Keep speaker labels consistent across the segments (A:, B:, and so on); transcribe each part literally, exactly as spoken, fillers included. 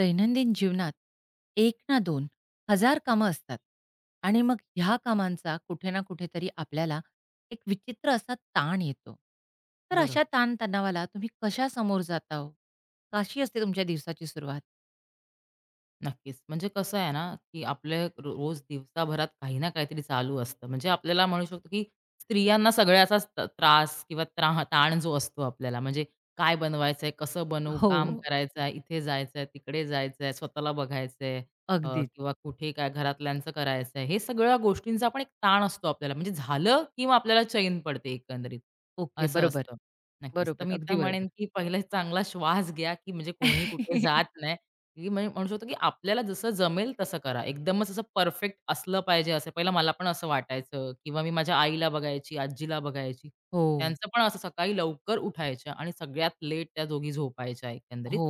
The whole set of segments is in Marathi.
A: दैनंदिन जीवनात एक ना दोन, हजार कामं असतात आणि मग ह्या कामांचा कुठे ना कुठेतरी आपल्याला एक विचित्र असा ताण येतो. तर अशा
B: बरोबर.
A: ताणतणावाला तुम्ही कशा समोर जाता हो? कशी असते तुमच्या दिवसाची सुरुवात?
B: नक्कीच. म्हणजे कसं आहे ना, की आपल्या रो रोज दिवसाभरात काही ना काहीतरी चालू असतं. म्हणजे आपल्याला म्हणू शकतो, की स्त्रियांना सगळ्याचाच त त्रास किंवा त्रा ताण जो असतो आपल्याला. म्हणजे काय बनवायचंय, कसं बनवू,
A: हो.
B: काम करायचं आहे, इथे जायचं आहे, तिकडे जायचं आहे, स्वतःला बघायचं आहे. अ,
A: अगदीच.
B: किंवा कुठे काय घरातल्यांचं करायचं हे सगळ्या गोष्टींचा आपण एक ताण असतो आपल्याला. म्हणजे झालं, की आपल्याला चैन पडते एकंदरीत,
A: ओके.
B: असं
A: बरोबर,
B: असतं. नक्कीच. तर
A: बरोबर.
B: मी तर
A: अगदी
B: म्हणेन,
A: बरोबर.
B: की पहिला चांगला श्वास घ्या, की म्हणजे कोणी कुठे जात नाही. की म्हणजे म्हणू शकतो की आपल्याला जसं जमेल तसं करा. एकदमच असं परफेक्ट असलं पाहिजे असं पहिलं मला पण असं वाटायचं किंवा मी माझ्या आईला बघायची, आजीला बघायची.
A: हो,
B: त्यांचं पण असं सकाळी लवकर उठायच्या आणि सगळ्यात लेट त्या दोघी झोपायच्या एकंदरीत.
A: हो.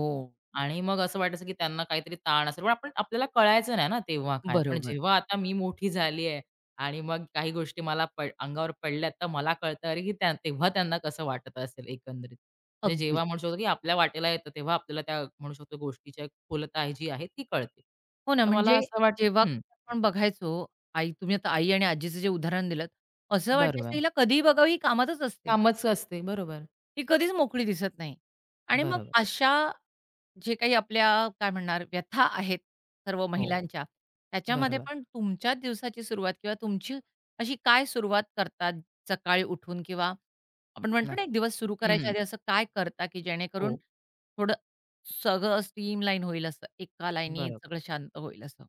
B: आणि मग असं वाटायचं की त्यांना काहीतरी ताण असेल. पण आपण आपल्याला कळायचं नाही ना तेव्हा काय. पण
A: बरोबर.
B: जेव्हा आता मी मोठी झाली आहे आणि मग काही गोष्टी मला पड अंगावर पडल्यात, तर मला कळतं अरे की त्या तेव्हा त्यांना कसं वाटत असेल एकंदरीत. म्हणजे
A: अगदीच.
B: जेव्हा म्हणू शकतो, की आपल्या वाटेला येतं तेव्हा आपल्याला त्या म्हणू शकतो गोष्टीची खोलता आहे जी आहे ती कळते.
A: हो ना,
B: तर मला
A: म्हणजे
B: असं
A: जेव्हा
B: वाटतं हं,
A: आपण बघायचो, आई तुम्ही आता आई आणि आजीचं जे उदाहरण दिलंत, असं हं. वाटायचं
B: बरोबर.
A: हिला कधीही बघावं ही कामातच असते.
B: कामच असते. बरोबर.
A: ही कधीच मोकळी दिसत नाही. आणि मग
B: बरोबर.
A: अशा जे काही आपल्या काय म्हणणार व्यथा आहेत सर्व
B: हो,
A: महिलांच्या, त्याच्यामध्ये
B: बरोबर.
A: पण तुमच्या दिवसाची सुरुवात किंवा तुमची अशी काय सुरुवात करतात सकाळी उठून किंवा आपण म्हणतो ना, एक
B: नक्की.
A: दिवस सुरू
B: हं,
A: करायच्या
B: हं.
A: आधी असं काय करता, की जेणेकरून
B: हो,
A: थोडं सगळं स्ट्रीमलाईन होईल असं, एका लाईनीत
B: बरोबर.
A: सगळं शांत होईल असं?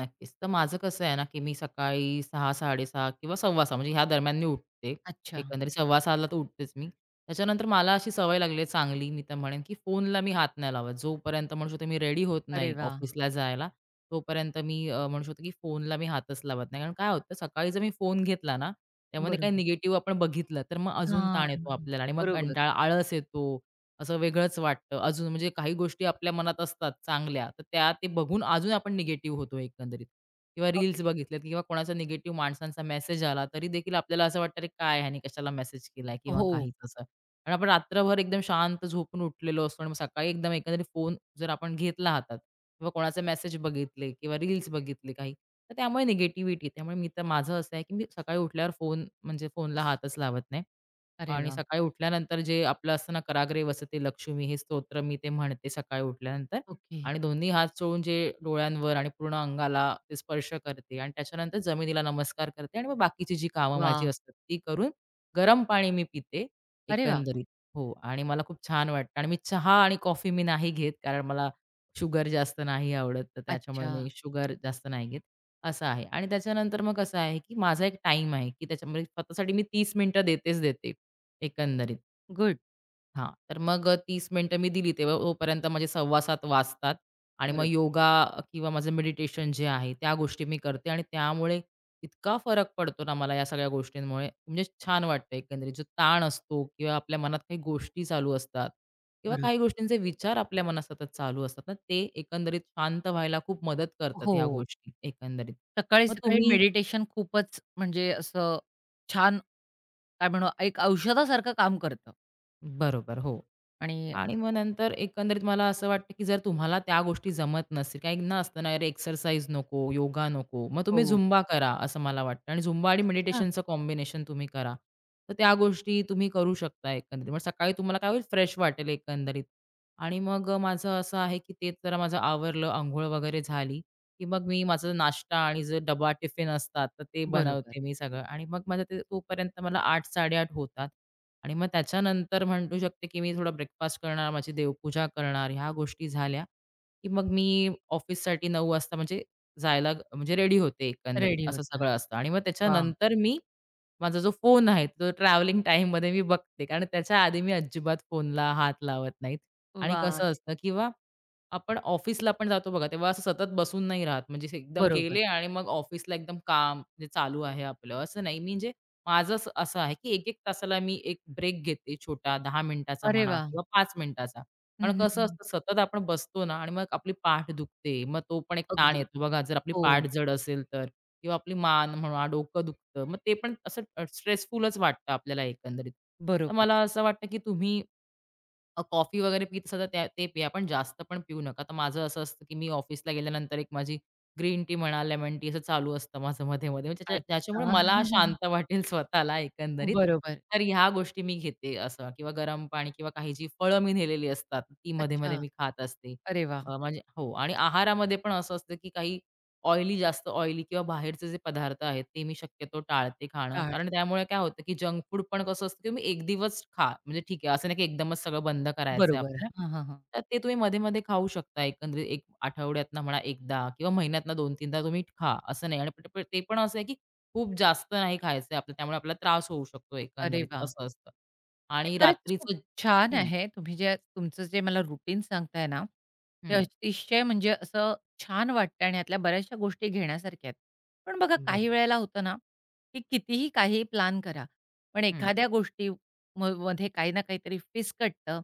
B: नक्कीच. तर माझं कसं आहे ना, की मी सकाळी सहा-साडे सहा किंवा सव्वा सहा म्हणजे ह्या दरम्यान मी उठते.
A: अच्छा.
B: एकंदरीत सव्वा सहा तर उठतेच मी. त्याच्यानंतर मला अशी सवय लागली आहे चांगली, मी तर म्हणेन, की फोनला मी हात नाही लावत. जोपर्यंत म्हणू शकतो मी रेडी होत
A: अरे
B: नाही
A: वा.
B: ऑफिसला जायला, तोपर्यंत मी अ, म्हणू शकतो, की फोनला मी हातच लावत नाही. कारण काय होतं सकाळी जर मी फोन घेतला ना, त्यामध्ये काही
A: बरोबर.
B: निगेटिव्ह आपण बघितलं, तर मग अजून
A: हां,
B: ताण येतो आपल्याला आणि मग
A: बरोबर.
B: कंटाळा, आळस येतो. असं वेगळंच वाटतं. अजून म्हणजे काही गोष्टी आपल्या मनात असतात चांगल्या, तर त्या ते बघून अजून आपण निगेटिव्ह होतो एकंदरीत. किंवा रील्स
A: अगदी.
B: बघितल्यात किंवा कोणाचा निगेटिव्ह माणसांचा मेसेज आला, तरी देखील आपल्याला असं वाटतं, "अरे काय ह्याने कशाला मेसेज केलाय?" किंवा
A: हो.
B: काहीच असं. आणि आपण रात्रभर एकदम शांत झोपून उठलेलो असतो आणि मग सकाळी एकदम एकंदरीत फोन जर आपण घेतला हातात किंवा कोणाचे मेसेज बघितले किंवा रील्स बघितले काही, तर त्यामुळे निगेटिव्हिटी. त्यामुळे मी तर माझं असं आहे, की मी सकाळी उठल्यावर फोन म्हणजे फोनला हातच लावत नाही.
A: अरे
B: आणि
A: वाह!
B: सकाळी उठल्यानंतर जे आपलं असतं ना, "कराग्रे वसते लक्ष्मी" हे स्तोत्र मी ते म्हणते सकाळी उठल्यानंतर
A: ओके.
B: आणि दोन्ही हात चोळून जे डोळ्यांवर आणि पूर्ण अंगाला ते स्पर्श करते आणि त्याच्यानंतर जमिनीला नमस्कार करते आणि मग बाकीची जी कामं माझी
A: वाह!
B: असतात ती करून गरम पाणी मी पिते
A: अरे वाह!
B: एकंदरीत. हो आणि मला खूप छान वाटतं आणि मी चहा आणि कॉफी मी नाही घेत कारण मला शुगर जास्त नाही आवडत, तर त्याच्यामुळे
A: अच्छा.
B: मी शुगर जास्त नाही घेत, असं आहे. आणि त्याच्यानंतर मग कसं आहे, की माझा एक टाईम आहे, की त्याच्यामध्ये स्वतःसाठी मी तीस मिनिटं देतेच देते एकंदरीत.
A: गुड.
B: हां. तर मग अ, तीस मिनिटं मी दिली तेव्हा तोपर्यंत माझे सव्वा सात वाजतात आणि मग
A: बरोबर,
B: योगा किंवा माझं मेडिटेशन जे आहे त्या गोष्टी मी करते आणि त्यामुळे इतका फरक पडतो ना मला या सगळ्या गोष्टींमुळे, म्हणजे छान वाटतं एकंदरीत. जो ताण असतो किंवा आपल्या मनात काही गोष्टी चालू असतात किंवा काही
A: बरोबर.
B: गोष्टींचे विचार आपल्या मनात सतत चालू असतात ना, ते एकंदरीत शांत व्हायला खूप मदत करतात
A: हो.
B: ह्या गोष्टी एकंदरीत. मग
A: सकाळी-सकाळी
B: तुम्ही
A: मेडिटेशन खूपच म्हणजे असं छान काय म्हणू एक औषधासारखं काम करतं
B: बरोबर, हो.
A: आणि
B: आणि मग नंतर एकंदरीत मला असं वाटतं, की जर तुम्हाला त्या गोष्टी जमत नसतील, काहींना असतं ना, "अरे एक्सरसाइज नको, योगा नको." मग तुम्ही
A: हो.
B: झुंबा करा असं मला वाटतं आणि झुंबा आणि
A: अच्छा.
B: मेडिटेशनचं कॉम्बिनेशन तुम्ही करा. तर त्या गोष्टी तुम्ही करू शकता एकंदरीत. मग सकाळी तुम्हाला काय होईल फ्रेश वाटेल एकंदरीत. आणि मग अ, माझं असं आहे, की तेच जरा माझं आवरलं, अंघोळ वगैरे झाली, की मग मी माझा नाश्ता आणि जो डबा टिफिन असतात, तर ते
A: बरोबर.
B: बनवते मी सगळं आणि मग माझं ते तोपर्यंत मला आठ-साडे आठ होतात. आणि मग त्याच्यानंतर म्हणू शकते, की मी थोडा ब्रेकफास्ट करणार, माझी देवपूजा करणार, ह्या गोष्टी झाल्या, की मग मी ऑफिससाठी नऊ वाजता म्हणजे जायला ग- म्हणजे रेडी होते एकंदरीत,
A: रेडी
B: असं
A: होता.
B: सगळं असतं. आणि मग
A: वा.
B: त्याच्यानंतर मी माझा जो फोन आहे, तो ट्रॅव्हलिंग टाईममध्ये मी बघते. कारण त्याच्या आधी मी अजिबात फोनला हात लावत नाहीत. आणि
A: वाह!
B: कसं असतं किंवा आपण ऑफिसला पण जातो बघा, तेव्हा असं सतत बसून नाही राहत. म्हणजे असं एकदम
A: बरोबर.
B: गेले आणि मग ऑफिसला एकदम काम जे चालू आहे आपलं, असं नाही. मी म्हणजे माझं असं असं आहे, की एक एक तासाला मी एक ब्रेक घेते छोटा दहा मिनिटाचा
A: अरे
B: म्हणा
A: वा.
B: किंवा पाच मिनिटाचा.
A: हं,
B: कारण
A: हं,
B: कसं
A: हं.
B: असतं सतत आपण बसतो ना आणि मग आपली पाठ दुखते. मग तो पण एक ताण
A: अगदी.
B: येतो बघा जर आपली
A: हो.
B: पाठ जड असेल तर किंवा आपली मान म्हणा, डोकं दुखतं. मग ते पण असं अ, स्ट्रेसफुलच वाटतं आपल्याला एकंदरीत. तर
A: बरोबर.
B: मला असं वाटतं, की तुम्ही अ, कॉफी वगैरे पीत असाल तर त्या ते पिया, पण जास्त पण पिऊ नका. तर माझं असं असतं, की मी ऑफिसला गेल्यानंतर एक माझी ग्रीन टी म्हणा, लेमन टी असं चालू असतं माझं मध्ये-मध्ये. म्हणजे त्याच्या
A: अच्छा.
B: त्याच्यामुळे मला शांत वाटेल स्वतःला एकंदरीत.
A: बरोबर.
B: तर ह्या गोष्टी मी घेते असं किंवा गरम पाणी किंवा काही जी फळं मी नेलेली असतात, ती
A: अच्छा.
B: मध्ये-मध्ये मी खात असते.
A: अरे वाह!
B: अ, म्हणजे हो आणि आहारामध्ये पण असं असतं, की काही ऑइली, जास्त ऑइली किंवा बाहेरचे जे पदार्थ आहेत, ते मी शक्यतो टाळते खाणं.
A: टाळ.
B: कारण त्यामुळे काय होतं, की जंक फूड पण कसं असतं, की तुम्ही एक दिवस खा. म्हणजे ठीक आहे, असं नाही की एकदमच सगळं बंद करायचं आहे
A: बरोबर.
B: आपल्याला.
A: हां, हां, हां.
B: तर ते तुम्ही मध्ये-मध्ये खाऊ शकता. एकंदरीत एक आठवड्यातनं म्हणा एकदा किंवा महिन्यातनं दोन-तीनदा तुम्ही खा, असं नाही. आणि पट ते पण असं आहे, की खूप जास्त नाही खायचं आपल्याला. त्यामुळे आपल्याला त्रास होऊ शकतो
A: अरे
B: एकंदरीत,
A: वाह!
B: असं असतं.
A: हे
B: आणि
A: खरंच खूप
B: रात्रीचं
A: छान
B: हं,
A: आहे. तुम्ही जे तुमचं जे मला रुटीन सांगताय ना, ते
B: हं.
A: अतिशय म्हणजे असं छान वाटतं आणि यातल्या बऱ्याचशा गोष्टी घेण्यासारख्या आहेत. पण बघा
B: बरं.
A: काही वेळेला होतं ना, की कितीही काही प्लॅन करा, पण
B: हं.
A: एखाद्या गोष्टी म मध्ये काही ना काहीतरी फिसकटतं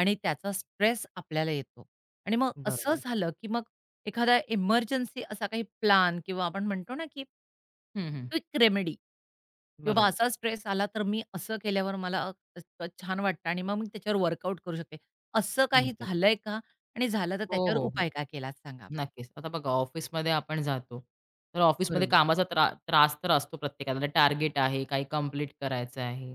A: आणि त्याचा स्ट्रेस आपल्याला येतो. आणि मग असं
B: बरोबर.
A: झालं, की मग एखादा इमर्जन्सी असा काही प्लॅन किंवा आपण म्हणतो ना, की
B: हं, हं.
A: क्विक रेमेडी की बाबा
B: बरोबर.
A: असा स्ट्रेस आला तर मी असं केल्यावर मला अ, इतकं छान वाटतं आणि मग मी त्याच्यावर वर्कआउट करू शकते. असं काही
B: नक्कीच.
A: झालंय का? आणि झालं तर
B: हो,
A: त्याच्यावर
B: हो,
A: उपाय
B: हो.
A: काय केलात सांगा मला?
B: नक्कीच. आता बघा ऑफिसमध्ये आपण जातो. तर ऑफिसमध्ये
A: बरोबर,
B: कामाचा त्रा त्रास तर असतो प्रत्येकाला. टार्गेट आहे, काही कंप्लीट करायचं आहे.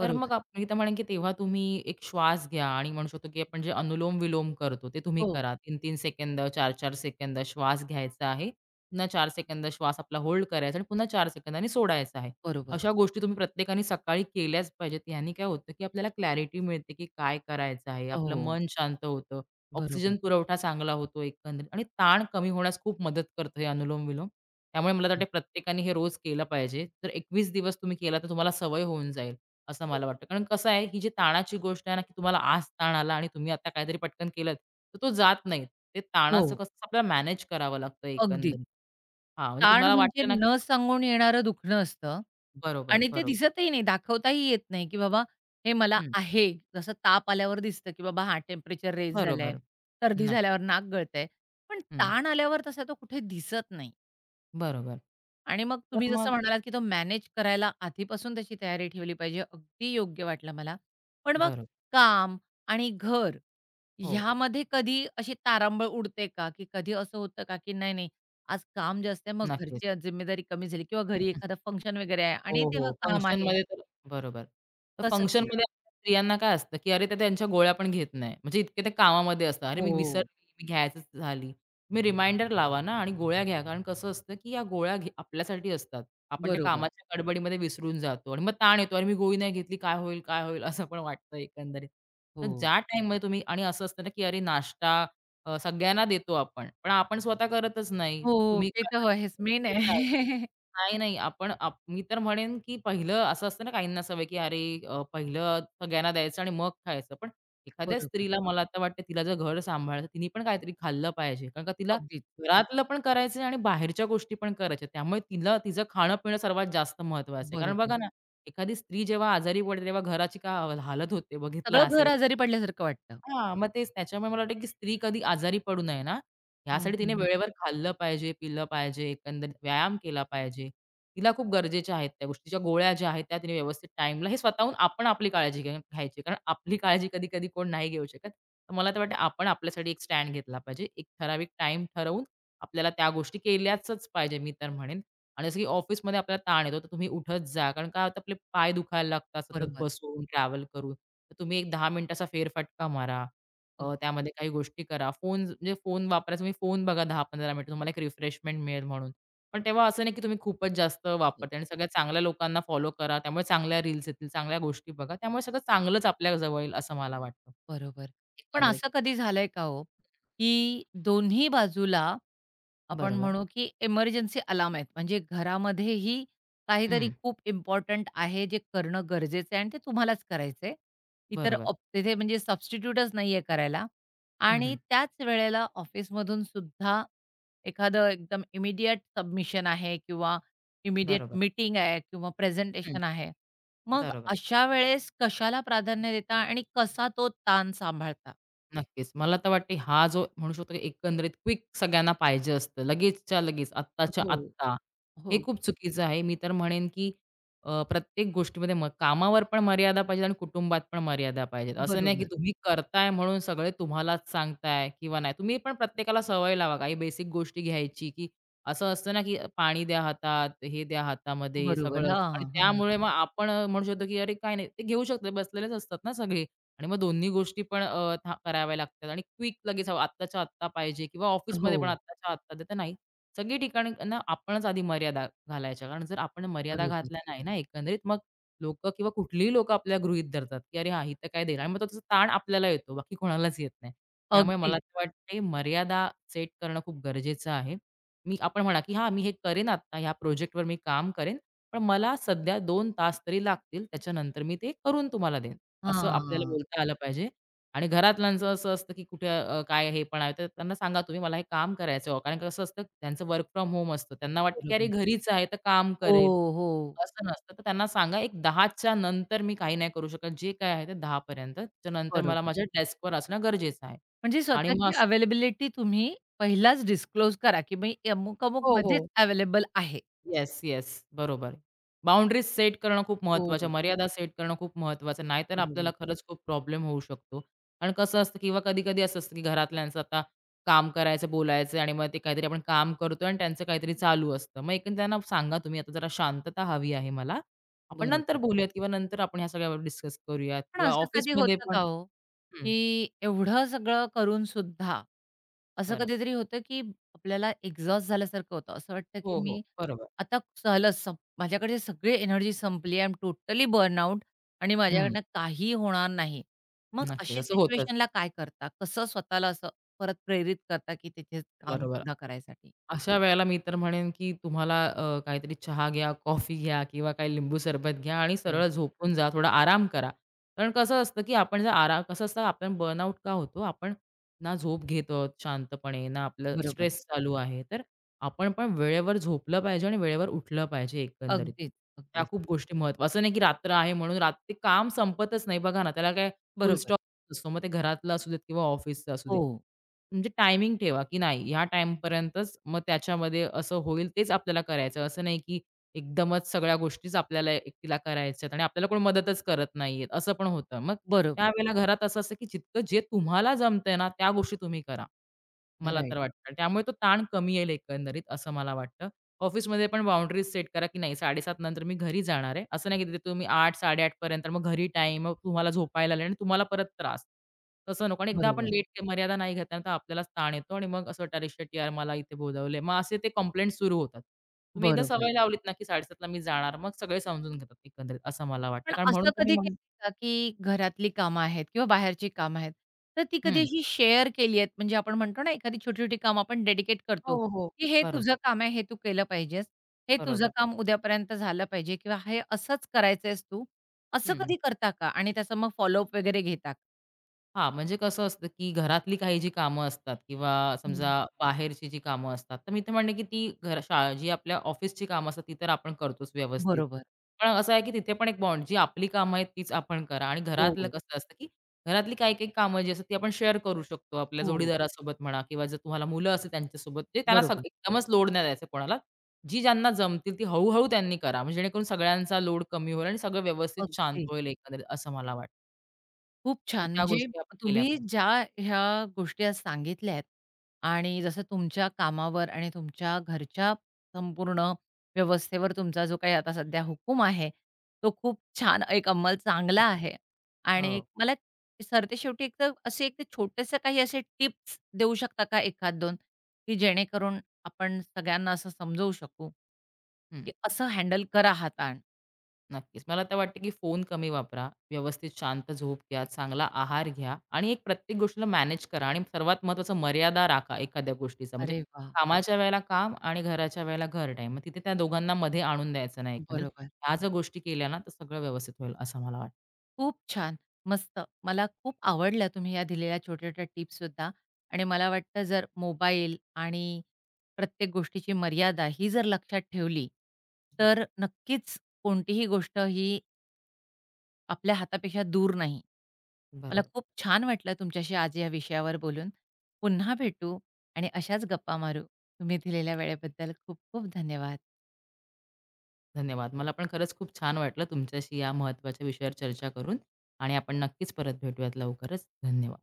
B: तर मग आप मी तर म्हणेन की तेव्हा तुम्ही एक श्वास घ्या आणि म्हणू शकतो की आपण जे अनुलोम-विलोम करतो ते तुम्ही
A: हो,
B: करा. 3 तीन सेकंद, चार चार सेकंद श्वास घ्यायचा आहे. पुन्हा चार सेकंद श्वास आपला होल्ड करायचा आणि पुन्हा चार सेकंदांनी सोडायचा आहे.
A: बरोबर.
B: अशा गोष्टी तुम्ही प्रत्येकाने सकाळी केल्याच पाहिजेत. ह्यानी काय होतं की आपल्याला क्लॅरिटी मिळते की काय करायचं आहे. आपलं
A: हो,
B: मन शांत होतं. ऑक्सिजन
A: बरोबर.
B: पुरवठा चांगला होतो एकंदरीत आणि ताण कमी होण्यास खूप मदत करतं हे अनुलोम-विलोम. त्यामुळे मला वाटतं
A: हो,
B: प्रत्येकाने हे रोज केलं पाहिजे. तर एकवीस दिवस तुम्ही केला तर तुम्हाला सवय होऊन जाईल, असं मला वाटतं. कारण कसं आहे ही जी ताणाची गोष्ट आहे ना, की तुम्हाला आज ताण आला आणि तुम्ही आता काहीतरी पटकन केलंत, तर तो जात नाही. ते
A: हो,
B: ताणाचं
A: हो.
B: कसं आपल्याला मॅनेज करावं लागतं
A: अगदी.
B: एकंदरीत. हां, म्हणजे
A: ताण
B: तुम्हाला
A: म्हणजे
B: वाटतं ना
A: न सांगून येणारं दुखणं असतं
B: बरोबर,
A: आणि ते
B: बरोबर.
A: दिसतही नाही, दाखवताही येत नाही, की बाबा हे मला
B: हं,
A: आहे. जसं ताप आल्यावर दिसतं, की बाबा हां, टेम्परेचर रेझ झालंय,
B: बरोबर.
A: सर्दी
B: नक्की.
A: झाल्यावर नाक गळतंय. पण
B: हं,
A: ताण आल्यावर तसा तो कुठे दिसत नाही.
B: बरोबर.
A: आणि मग
B: तर
A: तुम्ही जसं
B: मग
A: म्हणालात, की तो मॅनेज करायला आधीपासून त्याची तयारी ठेवली पाहिजे. अगदी योग्य वाटलं मला. पण मग
B: बरोबर.
A: काम आणि घर
B: हो,
A: ह्यामध्ये कधी अशी तारांबळ उडते का? की कधी असं होतं का, की नाही, नाही आज काम जास्त आहे, मग
B: नक्कीच.
A: घरची जिम्मेदारी कमी झाली किंवा घरी एखादं फंक्शन वगैरे आहे आणि
B: हो,
A: तेव्हा
B: हो.
A: काम आहे.
B: फंक्शनमध्ये तर बरोबर. तर
A: कसं केलं?
B: फंक्शनमध्ये आपल्या स्त्रियांना काय असतं, की अरे, ते त्यांच्या गोळ्या पण घेत नाही. म्हणजे इतके ते कामामध्ये असतात. "अरे, मी
A: हो,
B: विसरली, मी घ्यायचीच झाली." तुम्ही रिमाइंडर लावा ना आणि गोळ्या घ्या. कारण कसं असतं, की या गोळ्या घे आपल्यासाठी असतात. आपण त्या
A: बरोबर.
B: कामाच्या गडबडीमध्ये विसरून जातो आणि मग ताण येतो. "अरे, मी गोळी नाही घेतली. काय होईल? काय होईल?" असं पण वाटतं एकंदरीत. तर
A: हो.
B: ज्या टाईममध्ये तुम्ही आणि असं असतं ना, की अरे, नाश्ता अ, सगळ्यांना देतो आपण. पण आपण स्वतः करतच नाही.
A: हो,
B: तुम्ही
A: ते
B: खाल्लत
A: तर
B: तर
A: आहेच
B: ते
A: मेन आहे.
B: चुकीचं आहे. नाही, नाही. आपण आप मी तर म्हणेन, की पहिलं असं असतं ना काहींना सवय, की अरे अ, पहिलं सगळ्यांना द्यायचं आणि मग खायचं. पण एखाद्या
A: बरोबर.
B: स्त्रीला मला आता वाटतं तिला जर घर सांभाळायचं, तिने पण काहीतरी खाल्लं पाहिजे. कारण का तिला
A: अगदीच.
B: घरातलं पण करायचं आणि बाहेरच्या गोष्टी पण करायच्या. त्यामुळे तिला तिचं खाणं-पिणं सर्वात जास्त महत्त्वाचं आहे. कारण
A: बरोबर.
B: बघा ना, एखादी स्त्री जेव्हा आजारी पडते, तेव्हा घराची काय हालत होते बघितलं
A: सगळं घर
B: असेल.
A: आजारी पडल्यासारखं वाटतं.
B: हां, मग तेच त्याच्यामुळे मला वाटतं, की स्त्री कधी आजारी पडू नये ना,
A: हं,
B: ह्यासाठी
A: हं,
B: तिने
A: हं.
B: वेळेवर खाल्लं पाहिजे, पिलं पाहिजे, एकंदरीत व्यायाम केला पाहिजे. तिला खूप गरजेच्या आहेत त्या गोष्टी. तिच्या गोळ्या ज्या आहेत त्या तिने व्यवस्थित टाईमला हे स्वतःहून आपण आपली काळजी घे घ्यायची. कारण आपली काळजी कधी-कधी कोण नाही घेऊ शकत. तर मला तर वाटतं आपण आपल्यासाठी एक स्टँड घेतला पाहिजे. एक ठराविक टाईम ठरवून आपल्याला त्या गोष्टी केल्याचच पाहिजे मी तर म्हणेन. आणि जसं की ऑफिसमध्ये आपल्याला ताण येतो, तर तुम्ही उठत जा. कारण काय होतं आपले पाय दुखायला लागतात सतत
A: बरोबर.
B: बसून, ट्रॅव्हल करून. तर तुम्ही एक दहा मिनिटाचा फेरफटका मारा. अ,
A: अगदी.
B: त्यामध्ये काही गोष्टी करा. फोन म्हणजे फोन वापरायचा तुम्ही फोन बघा दहा पंधरा मिनिटं तुम्हाला एक रिफ्रेशमेंट मिळेल म्हणून. पण तेव्हा असं नाही की तुम्ही खूपच जास्त
A: हो.
B: वापरता आणि सगळ्या चांगल्या लोकांना फॉलो करा. त्यामुळे चांगल्या रील्स येतील, चांगल्या गोष्टी बघा. त्यामुळे सगळं चांगलंच आपल्या जवळ येईल असं मला वाटतं
A: बरोबर. पण
B: एकंदरीत.
A: असं कधी झालंय का हो, की दोन्ही बाजूला आपण
B: बरोबर.
A: म्हणू, की एमर्जन्सी अलार्म आहेत. म्हणजे घरामध्येही काहीतरी
B: हं.
A: खूप इम्पोर्टंट आहे, जे करणं गरजेचं आहे आणि ते तुम्हालाच करायचंय. इतर
B: बरोबर.
A: ऑप तिथे म्हणजे सबस्टिट्यूटच नाहीये करायला
B: हं,
A: आणि
B: हं.
A: त्याच वेळेला ऑफिसमधून सुद्धा एखादं एकदम इमिडिएट सबमिशन आहे किंवा इमिडिएट
B: बरोबर.
A: मीटिंग आहे किंवा
B: हं.
A: प्रेझेंटेशन आहे. मग
B: बरोबर.
A: अशा वेळेस कशाला प्राधान्य देता आणि कसा तो ताण सांभाळता?
B: नक्कीच. मला तर वाटते हा जो म्हणू शकतो की एकंदरीत क्विक सगळ्यांना पाहिजे असतं. लगेचच्या लगेच, आत्ताच्या
A: हो,
B: आत्ता. हे
A: हो.
B: खूप चुकीचं आहे. मी तर म्हणेन की अ, प्रत्येक गोष्टीमध्ये मग कामावर पण मर्यादा पाहिजे आणि कुटुंबात पण मर्यादा पाहिजेत. असं नाही की
A: बरोबर,
B: तुम्ही करताय म्हणून सगळे तुम्हालाच सांगताय किंवा नाही. तुम्ही पण प्रत्येकाला सवय लावा. काही बेसिक गोष्टी घ्यायची की असं असतं ना की पाणी द्या हातात, हे द्या हातामध्ये
A: बरोबर.
B: सगळं आणि
A: हां, हां.
B: त्यामुळे मग आपण अ, म्हणू शकतो की अरे काय नाही ते घेऊ शकतो. बसलेलेच असतात ना सगळे. आणि मग दोन्ही गोष्टी पण अ, था कराव्या लागतात आणि क्विक लगेच हवं आत्ताच्या आत्ता पाहिजे किंवा
A: हो.
B: ऑफिसमध्ये पण आत्ताच्या आत्ता तर नाही. सगळी ठिकाणी ना आपणच आधी मर्यादा घालायच्या. कारण जर आपण मर्यादा
A: बरोबर.
B: घातल्या नाही ना एकंदरीत मग लोकं किंवा कुठलीही लोकं आपल्याला गृहीत धरतात, की "अरे, हा इथं काय देईल?" आणि मग तो त्याचा ताण आपल्याला येतो, बाकी कोणालाच येत नाही. त्यामुळे मला
A: अगदीच.
B: तर वाटते मर्यादा सेट करणं खूप गरजेचं आहे. मी आपण म्हणा, की "हां, मी हे करेन आत्ता ह्या प्रोजेक्टवर मी काम करेन, पण मला सध्या दोन तास तरी लागतील. त्याच्यानंतर मी ते करून तुम्हाला देईन." असं आपल्याला
A: हां.
B: बोलता आलं पाहिजे. आणि घरातल्यांचं असं असतं, की कुठे अ, काय हे पण आहे, तर त्यांना सांगा तुम्ही मला हे काम करायचं आहे. हो, कारण कसं असतं त्यांचं वर्क फ्रॉम होम असतं. त्यांना वाटतं, की अरे
A: बरोबर.
B: घरीच आहे तर काम
A: हो,
B: करेल.
A: हो.
B: असं नसतं. तर त्यांना सांगा एक दहाच्या नंतर मी काही नाही करू शकत. जे काय आहे ते दहा पर्यंत. त्याच्यानंतर मला
A: बरोबर.
B: माझ्या डेस्कवर असणं गरजेचं आहे.
A: म्हणजे
B: आणि मग
A: स्वतःची
B: असं
A: अवेलेबिलिटी तुम्ही पहिलाच डिस्क्लोज करा, की मी
B: हो,
A: अमुक-अमुकमध्येच
B: हो.
A: अवेलेबल आहे.
B: Yes, yes. बरोबर. बाउंडरीज सेट करणं खूप महत्त्वाचं,
A: हो.
B: मर्यादा सेट करणं खूप महत्त्वाचं. नाहीतर आपल्याला
A: बरोबर,
B: खरंच खूप प्रॉब्लेम होऊ शकतो. कारण कसं असतं किंवा कधी-कधी असं असतं की घरातल्यांचं आता काम करायचं, बोलायचं आणि मग ते काहीतरी आपण काम करतोय आणि त्यांचं काहीतरी चालू असतं. मग एकंदर त्यांना सांगा तुम्ही, "आता जरा शांतता हवी आहे मला. आपण नंतर
A: बरोबर.
B: बोलूयात किंवा नंतर आपण ह्या सगळ्यावर डिस्कस करूयात."
A: पण
B: किंवा
A: असं कधी
B: ऑफिसमध्ये
A: होतं
B: पण
A: का हो,
B: हं,
A: की एवढं सगळं करून सुद्धा, असं
B: खरं.
A: कधीतरी होतं, की आपल्याला एक्झॉस्ट झाल्यासारखं होतं. असं वाटतं, की
B: हो, हो.
A: मी
B: बरोबर.
A: आता झालं सं माझ्याकडे सगळी एनर्जी संपली. आय एम टोटली बर्नआउट आणि
B: हं,
A: माझ्याकडनं काही होणार नाही. मग
B: नक्कीच.
A: अशा
B: असं होतंच.
A: सिच्युएशनला काय करता? कसं स्वतःला असं परत प्रेरित करता, की तिथेच काम
B: बरोबर.
A: पुन्हा करायसाठी?
B: अशा वेळेला मी तर म्हणेन, की तुम्हाला अ, काहीतरी चहा घ्या, कॉफी घ्या किंवा काही लिंबू सरबत घ्या आणि सरळ
A: ते
B: झोपून जा, थोडा आराम करा. कारण कसं असतं, की आपण जर आरा कसं असतं आपण बर्नआउट का होतो? आपण ना झोप घेत आहोत शांतपणे, ना आपलं
A: बरोबर.
B: स्ट्रेस चालू आहे. तर आपण पण वेळेवर झोपलं पाहिजे आणि वेळेवर उठलं पाहिजे एकंदरीत.
A: अगदीच,
B: त्या
A: अगदीच.
B: खूप गोष्टी महत्त्वाचं असं नाही, की रात्र आहे म्हणून रात्री काम संपतच नाही. बघा ना, त्याला काय फुल
A: बरोबर.
B: असतो. मग ते घरातलं असू देत किंवा ऑफिसचं असू
A: हो,
B: दे. म्हणजे टायमिंग ठेवा, की नाही ह्या टाईमपर्यंतच मग त्याच्यामध्ये असं होईल तेच आपल्याला करायचं. असं नाही, की एकदमच सगळ्या गोष्टीच आपल्याला एकटीला करायच्यात आणि आपल्याला कोण मदतच करत नाहीये, असं पण होतं. मग
A: बरोबर.
B: त्यावेळेला घरात असं असतं, की जितकं जे तुम्हाला जमतंय ना, त्या गोष्टी तुम्ही करा. मला तर
A: राइट.
B: वाटतं. आणि त्यामुळे तो ताण कमी येईल एकंदरीत असं मला वाटतं. ऑफिसमध्ये पण बाउंडरीज सेट करा, की नाही साडे सात नंतर मी घरी जाणार आहे. असं नाही की तिथे तुम्ही आठ-साडे आठ पर्यंत मग घरी टाईम, मग तुम्हाला झोपायला लागेल आणि तुम्हाला परत त्रास. तसं नको आणि एकदा आपण
A: बरोबर,
B: लेट मर्यादा नाही घेतल्यानं तर आपल्यालाच ताण येतो आणि मग असं वाटतं, "अरे शिट यार मला इथे बोलावलंय." मग असे ते कंप्लेंट सुरू होतात. तुम्ही एकदा
A: बरोबर.
B: सवय लावलीत ना, की 7:30ला मी जाणार, मग सगळे समजून घेतात एकंदरीत असं मला वाटतं.
A: पण
B: कारण म्हणून
A: असं
B: तर मी
A: कधी
B: म्हण
A: केलं का, की घरातली कामं आहेत किंवा बाहेरची कामं आहेत, तर ती कधी
B: हं.
A: अशी शेअर केली आहेत? म्हणजे आपण म्हणतो ना, एखादी छोटी-छोटी कामं आपण डेडिकेट करतो,
B: हो, हो.
A: की हे
B: बरोबर,
A: तुझं काम आहे, हे तू केलं पाहिजेस. हे तुझं
B: बरोबर.
A: काम उद्यापर्यंत झालं पाहिजे किंवा हे असंच करायचं तू. असं
B: हं.
A: कधी करता का? आणि त्याचा मग फॉलोअप वगैरे घेता का?
B: हां, म्हणजे कसं असतं, की घरातली काही जी कामं असतात किंवा समजा
A: हं.
B: बाहेरची जी कामं असतात, तर मी तर म्हणेन, की ती घर शाळा जी आपल्या ऑफिसची कामं असतात, ती तर आपण करतोच व्यवस्थित.
A: बरोबर.
B: पण असं आहे, की तिथे पण एक बॉन्ड जी आपली कामं आहेत, तीच आपण करा आणि
A: हो,
B: घरातलं
A: हो.
B: कसं असतं, की घरातली काही-काही कामं जी असतात, ती आपण शेअर करू शकतो आपल्या
A: हो,
B: जोडीदारासोबत म्हणा किंवा जर तुम्हाला मुलं असेल त्यांच्यासोबत, ते त्यांना सग
A: बरोबर.
B: एकदमच लोड नाही द्यायचं कोणाला. जी ज्यांना जमतील, ती हळू त्यांनी करा, म्हणजे जेणेकरून सगळ्यांचा लोड कमी होईल आणि सगळं व्यवस्थित शांत
A: अगदी.
B: होईल एकंदरीत, असं मला वाटतं.
A: खूप
B: तर
A: छान.
B: त्या
A: म्हणजे
B: गोष्टी आपण केल्या
A: तुम्ही
B: पाहिजेत.
A: ज्या ह्या गोष्टी आज सांगितल्या आहेत आणि जसं तुमच्या कामावर आणि तुमच्या घरच्या संपूर्ण व्यवस्थेवर तुमचा जो काही आता सध्या हुकूम आहे, तो खूप छान एक अंमल चांगला आहे आणि
B: हो.
A: मला सरतेशेवटी एक तर असे एक छोटेसे काही असे टिप्स देऊ शकता का एक दोन की जेणेकरून आपण सगळ्यांना असं समजवू शकू,
B: हं.
A: की असं हँडल करा हा ताण.
B: नक्कीच. मला तर वाटतं, की फोन कमी वापरा, व्यवस्थित शांत झोप घ्या, चांगला आहार घ्या आणि एक प्रत्येक गोष्टीला मॅनेज करा आणि सर्वात महत्त्वाचं मर्यादा राखा एखाद्या गोष्टीचा. म्हणजे
A: अरे वाह!
B: कामाच्या वेळेला काम आणि घराच्या वेळेला घर टाईम. मग तिथे त्या दोघांना मध्ये आणून द्यायचं नाही एकंदरीत.
A: बरोबर.
B: ह्या जर गोष्टी केल्या ना, तर सगळं व्यवस्थित होईल असं मला वाटतं.
A: खूप छान. मस्त. मला खूप आवडल्या तुम्ही या दिलेल्या छोट्या-छोट्या टिप्ससुद्धा आणि मला वाटतं जर मोबाईल आणि प्रत्येक गोष्टीची मर्यादा ही जर लक्षात ठेवली,
B: हो,
A: तर नक्कीच कोणतीही गोष्ट ही आपल्या हातापेक्षा दूर नाही. मला
B: बरोबर.
A: खूप छान वाटलं तुमच्याशी आज या विषयावर बोलून. पुन्हा भेटू आणि अशाच गप्पा मारू. तुम्ही दिलेल्या वेळेबद्दल खूप खूप धन्यवाद.
B: धन्यवाद. मला पण खरंच खूप छान वाटलं तुमच्याशी या महत्त्वाच्या विषयावर चर्चा करून आणि आपण नक्कीच परत भेटूयात लवकरच. धन्यवाद.